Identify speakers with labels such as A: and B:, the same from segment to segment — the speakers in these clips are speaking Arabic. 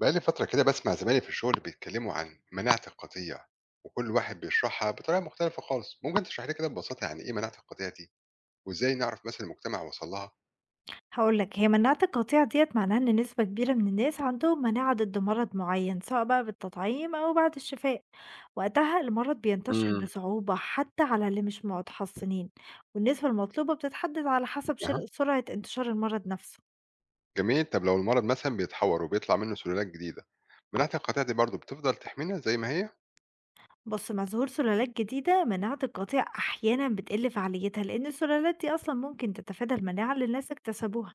A: بقالي فترة كده بسمع زمايلي في الشغل بيتكلموا عن مناعة القطيع وكل واحد بيشرحها بطريقة مختلفة خالص، ممكن تشرح لي كده ببساطة يعني إيه مناعة القطيع دي، وإزاي نعرف مثلا المجتمع وصل لها؟
B: هاقول لك، هي مناعة القطيع ديّة معناها إن نسبة كبيرة من الناس عندهم مناعة ضد مرض معيّن، سواء بقى بالتطعيم أو بعد الشفاء، وقتها المرض بينتشر
A: امم.
B: بصعوبة حتى على اللي مش متحصنين، والنسبة المطلوبة بتتحدد على حسب
A: أها،
B: سرعة انتشار المرض نفسه.
A: جميل. طب لو المرض مثلا بيتحور وبيطلع منه سلالات جديدة، مناعة القطيع دي برضه بتفضل تحمينا زي ما هي؟
B: بُص، مع ظهور سلالات جديدة، مناعة القطيع أحيانًا بتقل فعاليتها، لإن السلالات دي أصلًا ممكن تتفادى المناعة اللي الناس اكتسبوها،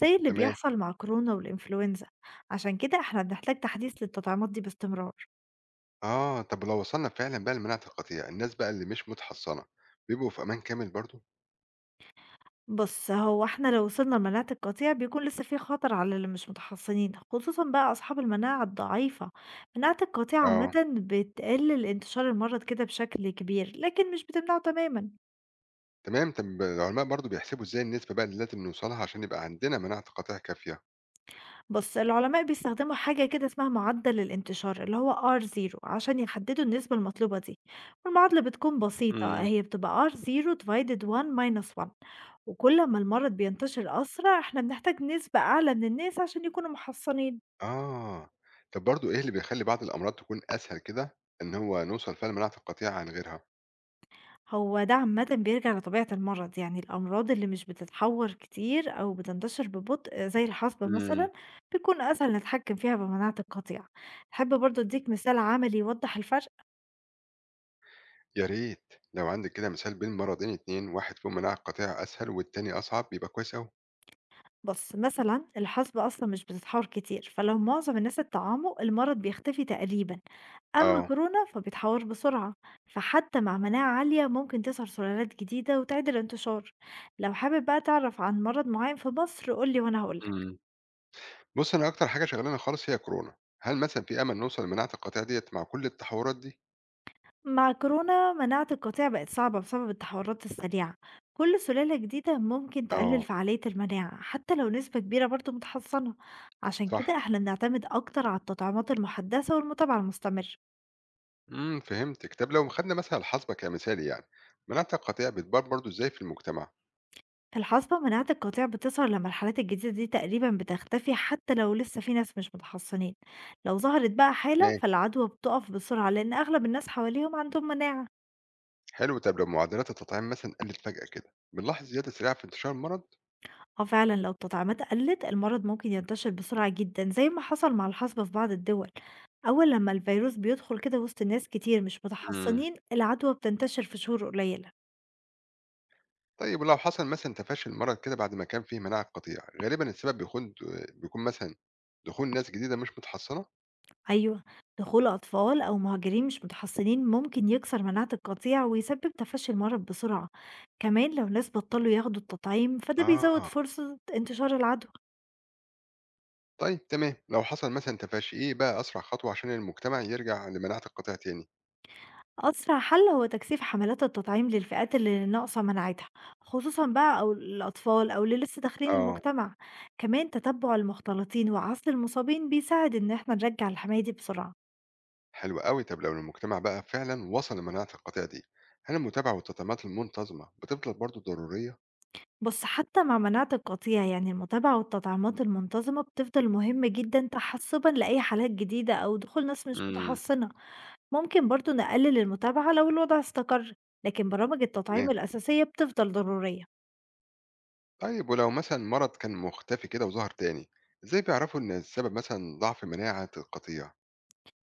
B: زي اللي
A: تمام.
B: بيحصل مع كورونا والإنفلونزا، عشان كده إحنا بنحتاج تحديث للتطعيمات دي باستمرار.
A: آه، طب لو وصلنا فعلا بقى لمناعة القطيع، الناس بقى اللي مش متحصنة بيبقوا في أمان كامل برضه؟
B: بُص، هو إحنا لو وصلنا لمناعة القطيع بيكون لسه في خطر على اللي مش متحصنين، خصوصًا بقى أصحاب المناعة الضعيفة. مناعة القطيع عامةً
A: آه.
B: بتقلل انتشار المرض كده بشكل كبير، لكن مش بتمنعه تمامًا.
A: تمام، طب العلماء برضه بيحسبوا إزاي النسبة بقى اللي لازم نوصلها عشان يبقى عندنا مناعة قطيع كافية؟
B: بُص، العلماء بيستخدموا حاجة كده اسمها معدل الانتشار اللي هو R0، عشان يحددوا النسبة المطلوبة دي، والمعادلة بتكون بسيطة، هي بتبقى R0/1-1، وكل ما المرض بينتشر أسرع، إحنا بنحتاج نسبة أعلى من الناس عشان يكونوا محصنين.
A: آه. طب برضه إيه اللي بيخلّي بعض الأمراض تكون أسهل كده إن هو نوصل فيها لمناعة القطيع عن غيرها؟
B: هو ده عامةً بيرجع لطبيعة المرض، يعني الأمراض اللي مش بتتحوّر كتير أو بتنتشر ببطء زي الحصبة
A: إمم.
B: مثلًا، بيكون أسهل نتحكّم فيها بمناعة القطيع. تحب برضه أدّيك مثال عملي يوضّح الفرق؟
A: يا ريت لو عندِك كده مثال بين مرضين اتنين، واحد فيهم مناعة القطيع أسهل والتاني أصعب، يبقى كويس أوي.
B: بُص، مثلًا الحصبة أصلًا مش بتتحوّر كتير، فلو معظم الناس اتطعموا المرض بيختفي تقريبًا، أمّا
A: آه.
B: كورونا فبيتحوّر بسرعة، فحتى مع مناعة عالية ممكن تظهر سلالات جديدة وتعيد الانتشار. لو حابب بقى تعرف عن مرض معيّن في مصر قُل لي وأنا هاقول لك.
A: إمم. بُصّي، أنا أكتر حاجة شاغلانا خالص هي كورونا. هل مثلًا في أمل نوصل لمناعة القطيع ديّة مع كل التحوّرات دي؟
B: مع كورونا مناعة القطيع بقت صعبة بسبب التحورات السريعة، كل سلالة جديدة ممكن تقلل
A: آه،
B: فعالية المناعة حتى لو نسبة كبيرة برضو متحصنة، عشان
A: صح.
B: كده احنا بنعتمد أكتر على التطعيمات المحدثة والمتابعة المستمرة.
A: إمم، فهمتِك. طب لو خدنا مثلًا الحصبة كمثال يعني، مناعة القطيع بتبان برضه إزاي في المجتمع؟
B: في الحصبة مناعة القطيع بتظهر لما الحالات الجديدة دي تقريبا بتختفي حتى لو لسه في ناس مش متحصنين، لو ظهرت بقى حالة
A: تمام.
B: فالعدوى بتقف بسرعة لأن أغلب الناس حواليهم عندهم مناعة.
A: حلو، طب لو معدلات التطعيم مثلًا قلت فجأة كده، بنلاحظ زيادة سريعة في انتشار المرض؟
B: آه فعلًا، لو التطعيمات قلّت المرض ممكن ينتشر بسرعة جدًا زي ما حصل مع الحصبة في بعض الدول، أول لما الفيروس بيدخل كده وسط ناس كتير مش
A: امم.
B: متحصنين العدوى بتنتشر في شهور قليلة.
A: طيب ولو حصل مثلًا تفشي المرض كده بعد ما كان فيه مناعة قطيعة، غالبًا السبب بيكون مثلًا دخول ناس جديدة مش متحصنة؟
B: أيوه، دخول أطفال أو مهاجرين مش متحصنين ممكن يكسر مناعة القطيع ويسبب تفشي المرض بسرعة، كمان لو ناس بطلوا ياخدوا التطعيم فده بيزود
A: آه.
B: فرصة انتشار العدوى.
A: طيب تمام، لو حصل مثلًا تفشي، إيه بقى أسرع خطوة عشان المجتمع يرجع لمناعة القطيع تاني؟
B: أسرع حل هو تكثيف حملات التطعيم للفئات اللي ناقصة مناعتها، خصوصا بقى أو الأطفال أو اللي لسه داخلين
A: آه.
B: المجتمع، كمان تتبع المختلطين وعزل المصابين بيساعد إن احنا نرجع الحماية دي بسرعة.
A: حلو أوي، طب لو المجتمع بقى فعلًا وصل لمناعة القطيع دي، هل المتابعة والتطعيمات المنتظمة بتفضل برضه ضرورية؟
B: بس حتى مع مناعة القطيع يعني المتابعة والتطعيمات المنتظمة بتفضل مهمة جدا تحسبا لأي حالات جديدة أو دخول ناس مش
A: امم.
B: متحصنة، ممكن برضو نقلل المتابعة لو الوضع استقر، لكن برامج التطعيم
A: تمام.
B: الأساسية بتفضل ضرورية.
A: طيب ولو مثلا مرض كان مختفي كده وظهر تاني، ازاي بيعرفوا ان السبب مثلا ضعف مناعة القطيع؟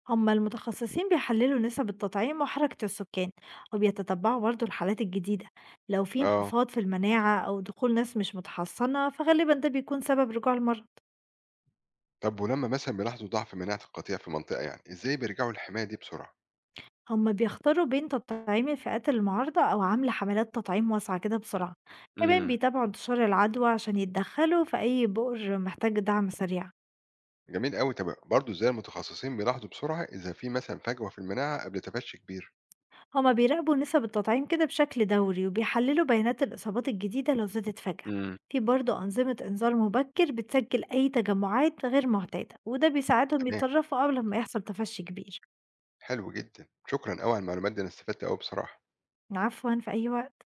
B: هما المتخصصين بيحللوا نسب التطعيم وحركة السكان، وبيتتبعوا برضو الحالات الجديدة، لو في
A: اه.
B: انخفاض في المناعة أو دخول ناس مش متحصنة فغالبا ده بيكون سبب رجوع المرض.
A: طب ولما مثلا بيلاحظوا ضعف مناعة القطيع في منطقة، يعني ازاي بيرجعوا للحماية دي بسرعة؟
B: هما بيختاروا بين تطعيم الفئات المعارضة أو عمل حملات تطعيم واسعة كده بسرعة، كمان
A: امم.
B: بيتابعوا انتشار العدوى عشان يتدخلوا في أي بؤر محتاج دعم سريع.
A: جميل قوي. طب برضه ازاي المتخصصين بيلاحظوا بسرعة اذا في مثلا فجوة في المناعة قبل تفشي كبير؟
B: هما بيراقبوا نسب التطعيم كده بشكل دوري وبيحللوا بيانات الإصابات الجديدة لو زادت فجأة،
A: امم.
B: في برضه أنظمة إنذار مبكر بتسجل أي تجمعات غير معتادة وده بيساعدهم
A: تمام.
B: يتصرفوا قبل ما يحصل تفشي كبير.
A: حلو جدا، شكرا قوي على المعلومات دي، انا استفدت قوي بصراحة.
B: عفوا، في أي وقت.